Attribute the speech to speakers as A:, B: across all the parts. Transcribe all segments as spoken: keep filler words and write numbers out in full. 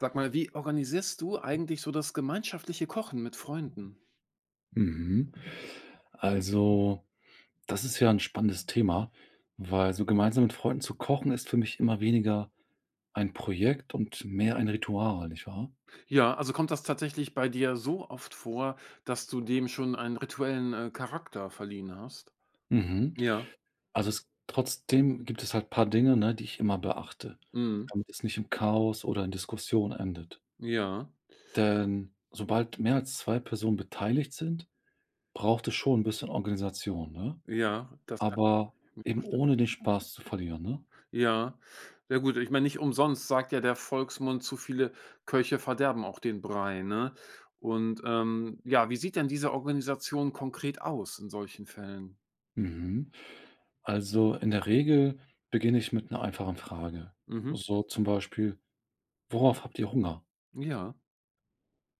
A: Sag mal, wie organisierst du eigentlich so das gemeinschaftliche Kochen mit Freunden?
B: Mhm. Also, das ist ja ein spannendes Thema, weil so gemeinsam mit Freunden zu kochen ist für mich immer weniger ein Projekt und mehr ein Ritual, nicht wahr?
A: Ja, also kommt das tatsächlich bei dir so oft vor, dass du dem schon einen rituellen, äh, Charakter verliehen hast?
B: Mhm.
A: Ja,
B: Also, es trotzdem gibt es halt paar Dinge, ne, die ich immer beachte,
A: mhm,
B: damit es nicht im Chaos oder in Diskussion endet.
A: ja,
B: Denn sobald mehr als zwei Personen beteiligt sind, braucht es schon ein bisschen Organisation, ne?
A: ja, das kann
B: Aber
A: ich mir
B: eben
A: vorstellen.
B: ohne den Spaß zu verlieren, ne?
A: Ja, ja gut, ich meine, nicht umsonst sagt ja der Volksmund: „Zu viele Köche verderben auch den Brei“, ne? Und, ähm, ja, wie sieht denn diese Organisation konkret aus in solchen Fällen?
B: Mhm. Also in der Regel beginne ich mit einer einfachen Frage.
A: Mhm.
B: So zum Beispiel: „Worauf habt ihr Hunger?"
A: Ja,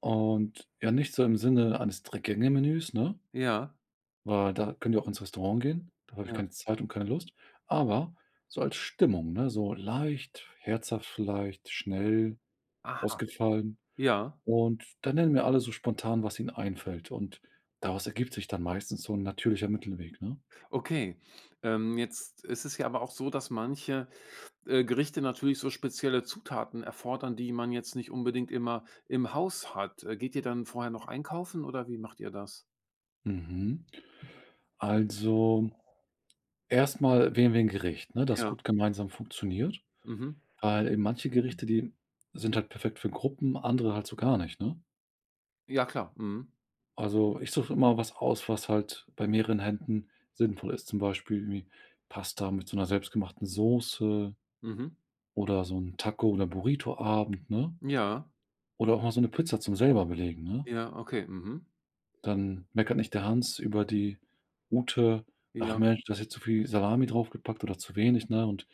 B: Und ja, nicht so im Sinne eines Drei-Gänge-Menüs, ne?
A: ja,
B: Weil da könnt ihr auch ins Restaurant gehen, da habe ich
A: ja.
B: keine Zeit und keine Lust. Aber so als Stimmung, ne? So leicht, herzhaft vielleicht, schnell,
A: Aha,
B: ausgefallen.
A: ja.
B: Und dann nennen mir alle so spontan, was ihnen einfällt. Und daraus ergibt sich dann meistens so ein natürlicher Mittelweg, ne?
A: Okay, ähm, jetzt ist es ja aber auch so, dass manche, äh, Gerichte natürlich so spezielle Zutaten erfordern, die man jetzt nicht unbedingt immer im Haus hat. Äh, geht ihr dann vorher noch einkaufen oder wie macht ihr das?
B: Mhm. Also erstmal wählen wir 'n Gericht, ne, das
A: Ja.
B: gut gemeinsam funktioniert,
A: Mhm.
B: weil eben manche Gerichte, die sind halt perfekt für Gruppen, andere halt so gar nicht, ne?
A: Ja, klar. Mhm.
B: Also, ich suche immer was aus, was halt bei mehreren Händen sinnvoll ist, zum Beispiel irgendwie Pasta mit so 'ner selbstgemachten Soße
A: Mhm.
B: oder so 'n Taco oder Burrito Abend, ne?
A: Ja.
B: Oder auch mal so 'ne Pizza zum selber belegen, ne?
A: Ja, okay. Mhm.
B: Dann meckert nicht der Hans über die Ute: „Ach
A: Ja.
B: Mensch, da ist jetzt zu viel Salami draufgepackt oder zu wenig, ne?" Und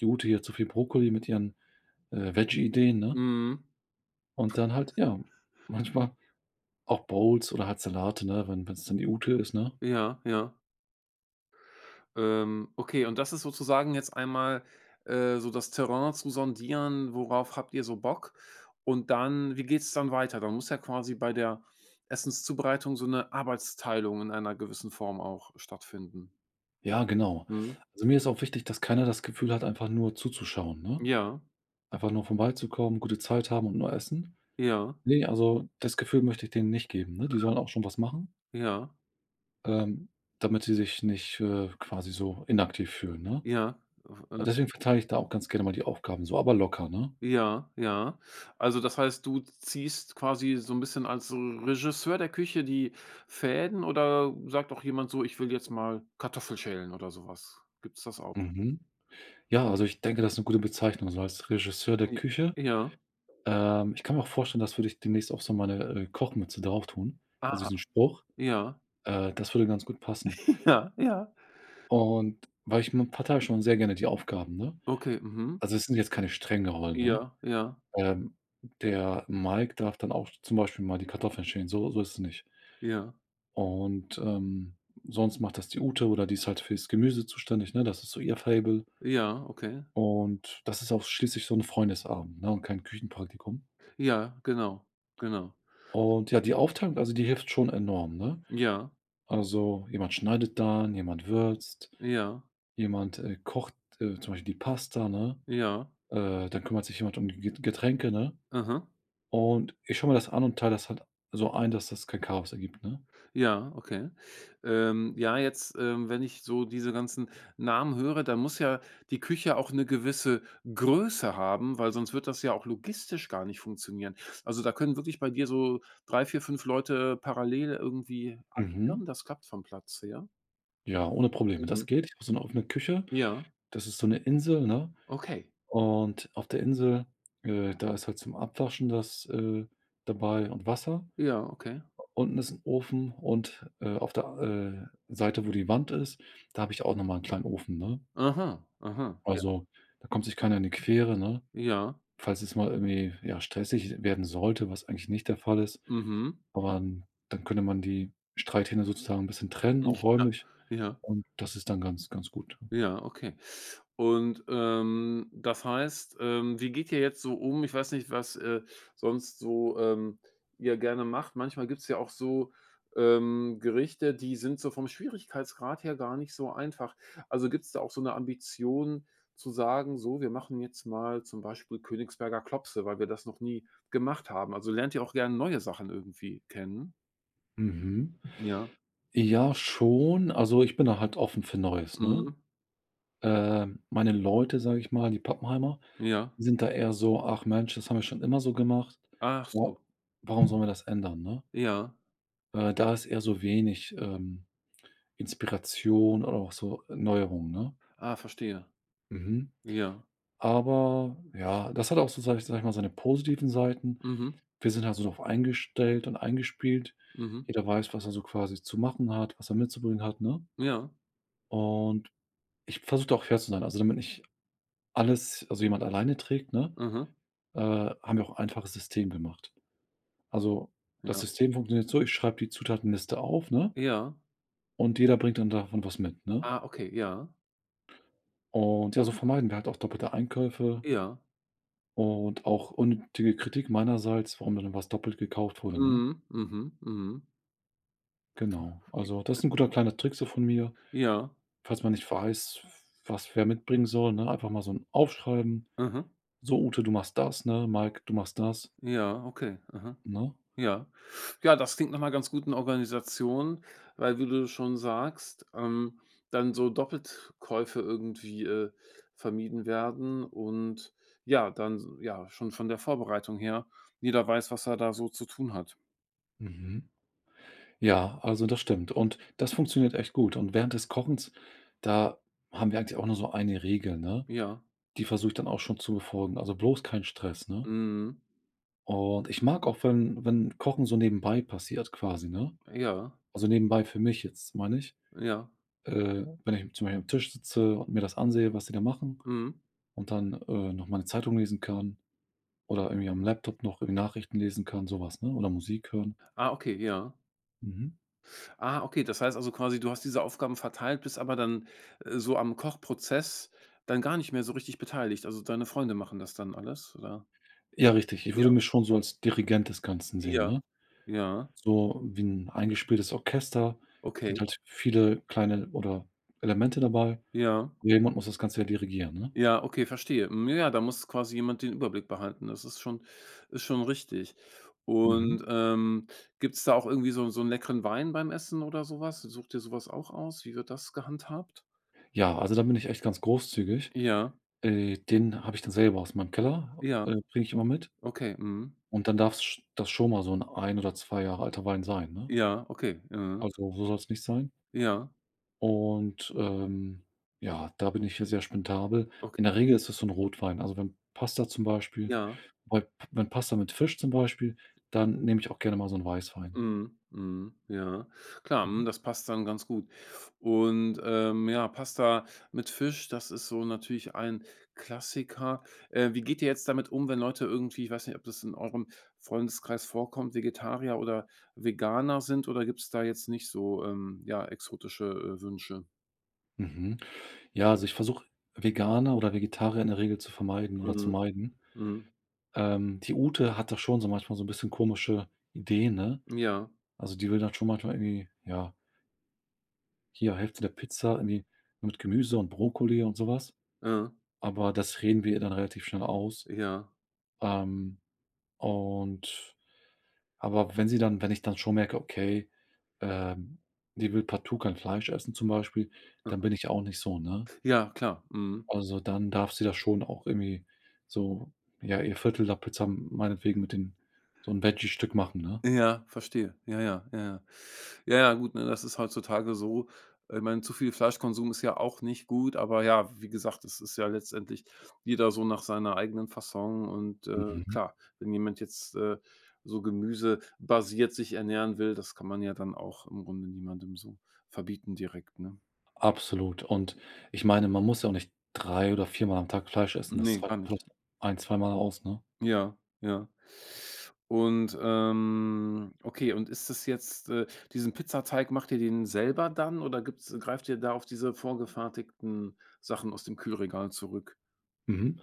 B: die Ute hier: „Zu viel Brokkoli" mit ihren, äh, Veggie-Ideen, ne?
A: Mhm.
B: Und dann halt, ja, manchmal auch Bowls oder halt Salate, ne, wenn wenn's dann die Ute ist, ne?
A: Ja, ja. Ähm, okay, und das ist sozusagen jetzt einmal, äh, so das Terrain zu sondieren, worauf habt ihr so Bock? Und dann wie geht's dann weiter? Dann muss ja quasi bei der Essenszubereitung so eine Arbeitsteilung in einer gewissen Form auch stattfinden.
B: Ja, genau.
A: Mhm.
B: Also, mir ist auch wichtig, dass keiner das Gefühl hat, einfach nur zuzuschauen, ne?
A: Ja,
B: Einfach nur vorbeizukommen, gute Zeit haben und nur essen.
A: ja,
B: Ne, also, das Gefühl möchte ich denen nicht geben, ne? Die sollen auch schon was machen.
A: ja,
B: Ähm, damit sie sich nicht, äh, quasi so inaktiv fühlen, ne?
A: ja, äh,
B: Deswegen verteile ich da auch ganz gerne mal die Aufgaben so, aber locker, ne?
A: ja, ja. Also, das heißt, du ziehst quasi so ein bisschen als Regisseur der Küche die Fäden oder sagt auch jemand so: „Ich will jetzt mal Kartoffel schälen“ oder sowas. Was? Gibt's das auch?
B: Mhm. Ja, also ich denke, das ist eine gute Bezeichnung, so als Regisseur der
A: J
B: Küche.
A: ja.
B: Ähm, ich kann mir auch vorstellen, das würde ich demnächst auf so meine, äh, Kochmütze drauf tun, also
A: Aha.
B: diesen Spruch.
A: Ja.
B: Äh, das würde ganz gut passen.
A: Ja, ja.
B: Und weil ich m verteile schon sehr gerne die Aufgaben, ne?
A: Okay, mhm.
B: Also es sind jetzt keine strengen Rollen, ne?
A: Ja, ja,
B: Ähm, der Mike darf dann auch zum Beispiel mal die Kartoffeln schälen, so so ist es nicht.
A: ja,
B: Und, ähm, sonst macht das die Ute oder die ist halt fürs Gemüse zuständig, ne? Das ist so ihr Faible.
A: ja, okay.
B: Und das ist auch schließlich so ein Freundesabend, ne, und kein Küchenpraktikum.
A: Ja, genau, genau.
B: Und ja, die Aufteilung, also, die hilft schon enorm, ne?
A: Ja,
B: Also, jemand schneidet dann, jemand würzt,
A: ja,
B: jemand, äh, kocht, äh, zum Beispiel die Pasta, ne?
A: ja.
B: Äh, dann kümmert sich jemand um die Get Getränke, ne?
A: Aha.
B: Und ich schaue mir das an und teile das halt so ein, dass das kein Chaos ergibt, ne?
A: Ja, okay. Ähm, ja, jetzt, ähm, wenn ich so diese ganzen Namen höre, dann muss ja die Küche auch 'ne gewisse Größe haben, weil sonst wird das ja auch logistisch gar nicht funktionieren. Also, da können wirklich bei dir so drei, vier, fünf Leute parallel irgendwie agieren?
B: Mhm.
A: Das klappt vom Platz her?
B: Ja, ohne Probleme.
A: Mhm.
B: Das geht. Ich habe so eine offene Küche.
A: Ja.
B: Das ist so eine Insel, ne?
A: Okay.
B: Und auf der Insel, äh, da ist halt zum Abwaschen das, äh, dabei und Wasser.
A: Ja, okay.
B: Unten ist ein Ofen und, äh, auf der, äh, Seite, wo die Wand ist, da habe ich auch noch mal 'n kleinen Ofen, ne?
A: Aha, aha. Ja.
B: Also, da kommt sich keiner in die Quere, ne?
A: Ja.
B: Falls es mal irgendwie, ja, stressig werden sollte, was eigentlich nicht der Fall ist,
A: Mhm.
B: aber n- dann könnte man die Streithähne sozusagen ein bisschen trennen, auch
A: Ja,
B: räumlich.
A: ja.
B: Und das ist dann ganz ganz gut.
A: Ja, okay. Und, ähm, das heißt, ähm, wie geht ihr jetzt so um? Ich weiß nicht, was, äh, sonst so, ähm, ihr gerne macht. Manchmal gibt's ja auch so, ähm, Gerichte, die sind so vom Schwierigkeitsgrad her gar nicht so einfach. Also, gibt's da auch so eine Ambition zu sagen: „So, wir machen jetzt mal zum Beispiel Königsberger Klopse, weil wir das noch nie gemacht haben.“ Also, lernt ihr auch gerne neue Sachen irgendwie kennen?
B: Mhm.
A: Ja.
B: Ja, schon. Also, ich bin da halt offen für Neues, ne?
A: Mhm.
B: Ähm, meine Leute, sage ich mal, die Pappenheimer,
A: Ja.
B: sind da eher so: „Ach Mensch, das haben wir schon immer so gemacht.
A: Ach
B: Wa
A: so.
B: warum sollen wir das ändern", ne?
A: Ja.
B: Äh, da ist eher so wenig, ähm, Inspiration oder auch so Neuerungen, ne?
A: Ah, verstehe.
B: Mhm.
A: Ja.
B: Aber ja, das hat auch so, sage ich sage ich mal, seine positiven Seiten.
A: Mhm,
B: Wir sind halt so drauf eingestellt und eingespielt.
A: mhm.
B: Jeder weiß, was er so quasi zu machen hat, was er mitzubringen hat, ne?
A: Ja.
B: Und ich versuche da auch fair zu sein, also damit nicht alles also jemand alleine trägt, ne?
A: Aha.
B: äh, haben wir auch ein einfaches System gemacht. Also, das
A: Ja.
B: System funktioniert so, ich schreibe die Zutatenliste auf, ne,
A: Ja.
B: und jeder bringt dann davon was mit, ne?
A: Ah, okay, ja.
B: Und ja, so vermeiden wir halt auch doppelte Einkäufe
A: Ja.
B: und auch unnötige Kritik meinerseits, warum dann was doppelt gekauft wurde, ne?
A: Mhm, mhm, mhm.
B: Genau. Also, das ist ein guter kleiner Trick so von mir,
A: Ja.
B: falls man nicht weiß, was wer mitbringen soll, ne, einfach mal so ein Aufschreiben:
A: Aha.
B: „So, Ute, du machst das, ne? Mike, du machst das",
A: Ja, okay. Aha.
B: ne?
A: Ja. Ja, das klingt nach 'ner ganz guten Organisation, weil, wie du schon sagst, ähm, dann so Doppelkäufe irgendwie, äh, vermieden werden und ja, dann s ja, schon von der Vorbereitung her, jeder weiß, was er da so zu tun hat.
B: Mhm. Ja, also das stimmt und das funktioniert echt gut und während des Kochens, da haben wir eigentlich auch nur so eine Regel, ne?
A: Ja.
B: Die versuche ich dann auch schon zu befolgen, also bloß kein Stress, ne?
A: Mhm.
B: Und ich mag auch, wenn wenn Kochen so nebenbei passiert quasi, ne?
A: Ja.
B: Also nebenbei für mich jetzt, meine ich.
A: Ja.
B: Äh, wenn ich zum Beispiel am Tisch sitze und mir das ansehe, was die da machen
A: Mhm.
B: und dann, äh, noch meine Zeitung lesen kann oder irgendwie am Laptop noch irgendwie Nachrichten lesen kann, sowas ne, oder Musik hören.
A: Ah, okay, ja.
B: Mhm.
A: Ah, okay, das heißt also quasi, du hast diese Aufgaben verteilt, bist aber dann, äh, so am Kochprozess dann gar nicht mehr so richtig beteiligt. Also, deine Freunde machen das dann alles, oder?
B: Ja, richtig. Ich würde
A: Ja,
B: mich schon so als Dirigent des Ganzen sehen,
A: ja.
B: ne?
A: Ja,
B: So wie 'n eingespieltes Orchester
A: okay.
B: sind halt viele kleine oder Elemente dabei.
A: Ja.
B: Jemand muss das Ganze ja dirigieren, ne?
A: Ja, okay, verstehe. Hm, ja, da muss quasi jemand den Überblick behalten. Das ist schon ist schon richtig.
B: Mhm.
A: Und, ähm, gibt's da auch irgendwie so so einen leckeren Wein beim Essen oder sowas Sucht ihr sowas auch aus? Wie wird das gehandhabt?
B: Ja, also da bin ich echt ganz großzügig.
A: Ja,
B: Äh, den habe ich dann selber aus meinem Keller,
A: ja,
B: äh, bringe ich immer mit
A: okay, mhm.
B: und dann darf's sch das schon mal so 'n ein oder zwei Jahre alter Wein sein, ne?
A: Ja, okay, mhm.
B: Also, so soll's nicht sein.
A: Ja.
B: Und, ähm, ja, da bin ich hier sehr spendabel.
A: Okay,
B: In der Regel ist es so ein Rotwein. Also, wenn Pasta zum Beispiel
A: ja.
B: bei wenn Pasta mit Fisch zum Beispiel, dann nehme ich auch gerne mal so einen Weißwein.
A: Mhm, mhm, ja. Klar, mhm,
B: Mhm.
A: das passt dann ganz gut. Und, ähm, ja, Pasta mit Fisch, das ist so natürlich ein Klassiker. Äh, wie geht ihr jetzt damit um, wenn Leute irgendwie ich weiß nicht, ob das in eurem Freundeskreis vorkommt, Vegetarier oder Veganer sind oder gibt's da jetzt nicht so, ähm, ja, exotische, äh, Wünsche?
B: Mhm. Ja, also, ich versuche, Veganer oder Vegetarier in der Regel zu vermeiden oder zu
A: Mhm,
B: meiden.
A: mhm.
B: Ähm, die Ute hat da schon so manchmal so ein bisschen komische Ideen, ne?
A: Ja,
B: Also, die will dann schon manchmal irgendwie, ja, hier Hälfte der Pizza irgendwie mit Gemüse und Brokkoli und sowas.
A: ja,
B: Aber das reden wir ihr dann relativ schnell aus.
A: ja.
B: Ähm Und aber wenn sie dann wenn ich dann schon merke, okay, ähm, die will partout kein Fleisch essen zum Beispiel, dann bin ich auch nicht so, ne?
A: Ja, klar, mhm.
B: Also, dann darf sie das schon auch irgendwie so, ja, ihr Viertel der Pizza meinetwegen mit den so ein Veggie-Stück machen, ne?
A: Ja, verstehe. Ja, ja, ja, ja. Ja, ja, gut, ne, das ist heutzutage so. Ich meine, zu viel Fleischkonsum ist ja auch nicht gut, aber ja, wie gesagt, es ist ja letztendlich jeder so nach seiner eigenen Fasson und, äh,
B: Mhm.
A: klar, wenn jemand jetzt, äh, so gemüsebasiert sich ernähren will, das kann man ja dann auch im Grunde niemandem so verbieten direkt, ne?
B: Absolut. Und ich meine, man muss ja auch nicht drei oder viermal am Tag Fleisch essen.
A: Ne,
B: Das reicht
A: gar nicht.
B: vielleicht ein zweimal aus, ne?
A: Ja, ja. Und, ähm okay, und ist das jetzt, äh diesen Pizzateig macht ihr den selber dann oder gibt's greift ihr da auf diese vorgefertigten Sachen aus dem Kühlregal zurück?
B: Mhm.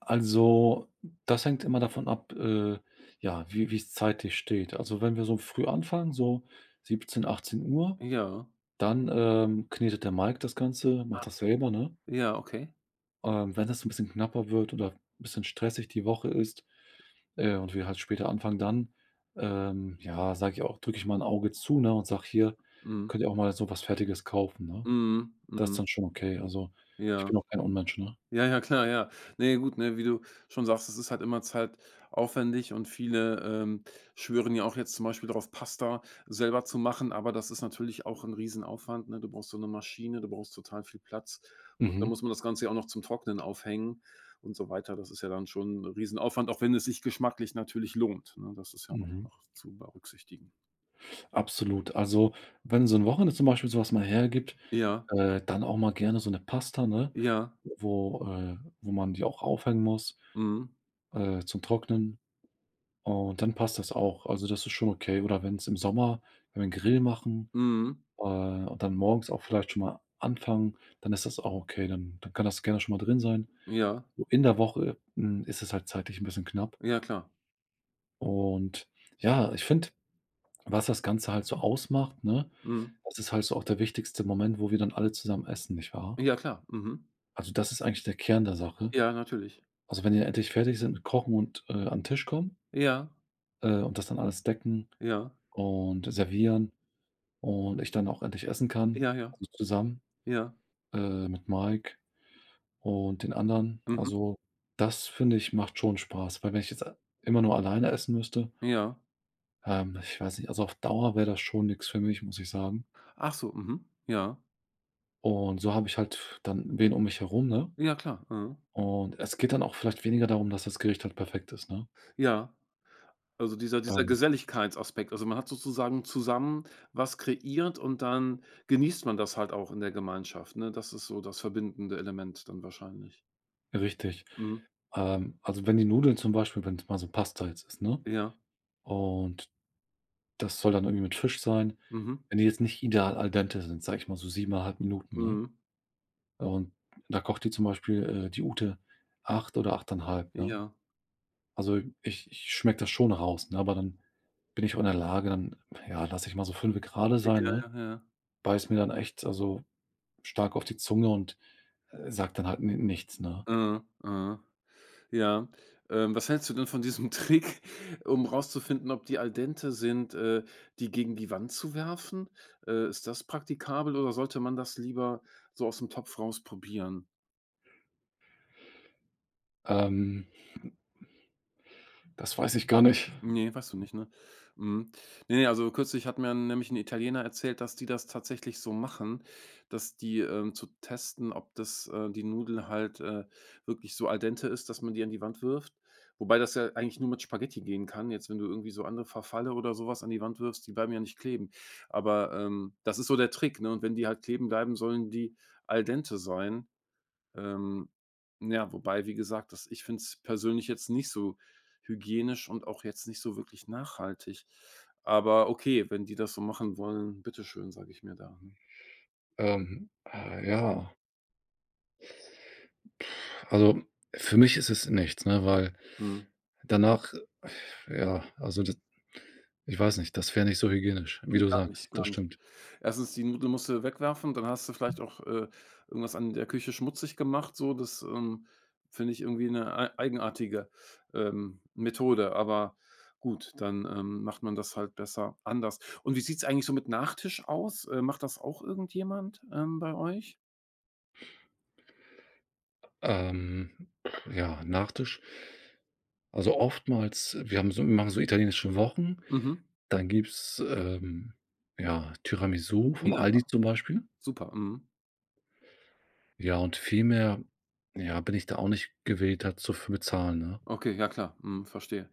B: Also, das hängt immer davon ab, äh, ja, wie wie es zeitlich steht. Also, wenn wir so früh anfangen, so siebzehn Uhr, Uhr,
A: Ja.
B: dann, ähm, knetet der Mike das Ganze, macht
A: Ah.
B: das selber, ne?
A: Ja, okay.
B: Ähm, wenn das 'n bisschen knapper wird oder ein bisschen stressig die Woche ist, äh, und wir halt später anfangen, dann, ähm, ja, sage ich auch drücke ich mal ein Auge zu, ne, und sage: „Hier,
A: Mhm.
B: könnt ihr auch mal so was Fertiges kaufen", ne?
A: Mhm.
B: Das ist
A: Mhm.
B: dann schon okay. Also, ich
A: Ja.
B: bin auch kein Unmensch, ne?
A: Ja, ja, klar, ja. Ne, gut, ne, wie du schon sagst, es ist halt immer zeitaufwendig und viele, ähm, schwören ja auch jetzt zum Beispiel darauf, Pasta selber zu machen, aber das ist natürlich auch ein Riesenaufwand, ne? Du brauchst so eine Maschine, du brauchst total viel Platz und dann
B: Mhm,
A: muss man das Ganze ja auch noch zum Trocknen aufhängen und so weiter. Das ist ja dann schon ein Riesenaufwand, auch wenn es sich geschmacklich natürlich lohnt, ne? Das ist ja auch
B: mhm.
A: noch zu berücksichtigen.
B: Absolut. Also, wenn so 'n Wochenende zum Beispiel so was mal hergibt,
A: Ja,
B: äh, dann auch mal gerne so 'ne Pasta, ne,
A: ja,
B: wo, äh wo man die auch aufhängen muss,
A: mhm,
B: äh, zum Trocknen und dann passt das auch. Also, das ist schon okay. Oder wenn's im Sommer wenn wir 'n Grill machen,
A: mhm,
B: äh, und dann morgens auch vielleicht schon mal anfangen, dann ist das auch okay. Dann dann kann das gerne schon mal drin sein.
A: ja,
B: So in der Woche, hm, ist es halt zeitlich 'n bisschen knapp
A: ja klar,
B: und ja, ich finde, was das Ganze halt so ausmacht, ne?
A: mhm,
B: Das ist halt so auch der wichtigste Moment, wo wir dann alle zusammen essen, nicht wahr?
A: ja klar, mhm.
B: Also, das ist eigentlich der Kern der Sache.
A: Ja, natürlich.
B: Also, wenn die endlich fertig sind mit Kochen und, äh, an den Tisch kommen,
A: Ja.
B: äh, und das dann alles decken
A: Ja,
B: und servieren und ich dann auch endlich essen kann,
A: ja, ja,
B: also, zusammen,
A: ja,
B: äh, mit Mike und den anderen.
A: mhm,
B: Also, das finde ich, macht schon Spaß, weil wenn ich jetzt immer nur alleine essen müsste,
A: ja.
B: ähm, ich weiß nicht, also, auf Dauer wäre das schon nichts für mich, muss ich sagen.
A: Ach so, mhm, ja.
B: Und so habe ich halt dann wen um mich herum, ne?
A: Ja, klar, mhm.
B: Und es geht dann auch vielleicht weniger darum, dass das Gericht halt perfekt ist, ne?
A: Ja, also dieser dieser
B: Ähm,
A: Geselligkeitsaspekt. Also, man hat sozusagen zusammen was kreiert und dann genießt man das halt auch in der Gemeinschaft, ne? Das ist so das verbindende Element dann wahrscheinlich.
B: richtig.
A: Mhm.
B: Ähm, also, wenn die Nudeln zum Beispiel wenn es mal so Pasta jetzt ist, ne?
A: Ja.
B: Und das soll dann irgendwie mit Fisch sein.
A: Mhm.
B: Wenn die jetzt nicht ideal al dente sind, sage ich mal so sieben Komma fünf Minuten, ne?
A: Mhm.
B: Und da kocht die zum Beispiel, äh, die Ute acht oder acht Komma fünf, ne?
A: Ja.
B: Also, ich ich schmecke das schon raus, ne, aber dann bin ich auch in der Lage, dann, ja, lasse ich mal so fünf Grade sein,
A: Ja,
B: ne?
A: ja, ja.
B: Beiße mir dann echt also stark auf die Zunge und, äh, sagt dann halt ni nichts, ne?
A: Mhm, mhm. Ja. Ähm, was hältst du denn von diesem Trick, um rauszufinden, ob die al dente sind, äh, die gegen die Wand zu werfen? Äh, ist das praktikabel oder sollte man das lieber so aus dem Topf rausprobieren?
B: Ähm, das weiß ich gar nicht.
A: Ne, weißt du nicht, ne? Mhm. Ne, ne, also kürzlich hat mir nämlich 'n Italiener erzählt, dass die das tatsächlich so machen, dass die, ähm, zu testen, ob das äh, die Nudel halt, äh, wirklich so al dente ist, dass man die an die Wand wirft. Wobei das ja eigentlich nur mit Spaghetti gehen kann. Jetzt, wenn du irgendwie so andere Verfalle oder so was an die Wand wirfst, die bleiben ja nicht kleben. Aber, ähm, das ist so der Trick, ne? Und wenn die halt kleben bleiben, sollen die al dente sein. Ähm, ja, wobei, wie gesagt, das ich finde es persönlich jetzt nicht so hygienisch und auch jetzt nicht so wirklich nachhaltig. Aber okay, wenn die das so machen wollen, bitteschön, sage ich mir da, ne?
B: Ähm, äh, ja, also, für mich ist es nichts, ne, weil
A: Mhm.
B: danach äh, ja, also, d ich weiß nicht, das wäre nicht so hygienisch, wie
A: Ne,
B: du
A: gar nicht,
B: sagst,
A: gar
B: das
A: nicht.
B: stimmt.
A: Erstens die Nudel musst du wegwerfen, dann hast du vielleicht auch, äh, irgendwas an der Küche schmutzig gemacht so. Das, ähm, finde ich irgendwie eine ei eigenartige, ähm, Methode. Aber gut, dann, ähm, macht man das halt besser anders. Und wie sieht es eigentlich so mit Nachtisch aus? Äh, macht das auch irgendjemand, ähm, bei euch?
B: Ähm, ja, Nachtisch also, oftmals wir haben so wir machen so italienische Wochen,
A: Mhm.
B: dann gibt's, ähm, ja, Tiramisu vom
A: Ja,
B: Aldi zum Beispiel.
A: super, mhm.
B: Ja, und viel mehr, ja, bin ich da auch nicht gewillt, dazu zu bezahlen, ne?
A: Okay, ja klar, mhm, verstehe.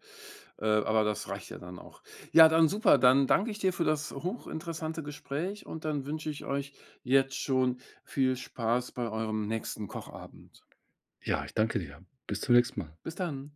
A: Äh, aber das reicht ja dann auch. Ja, dann super, dann danke ich dir für das hochinteressante Gespräch und dann wünsche ich euch jetzt schon viel Spaß bei eurem nächsten Kochabend.
B: Ja, ich danke dir. Bis zum nächsten Mal.
A: Bis dann.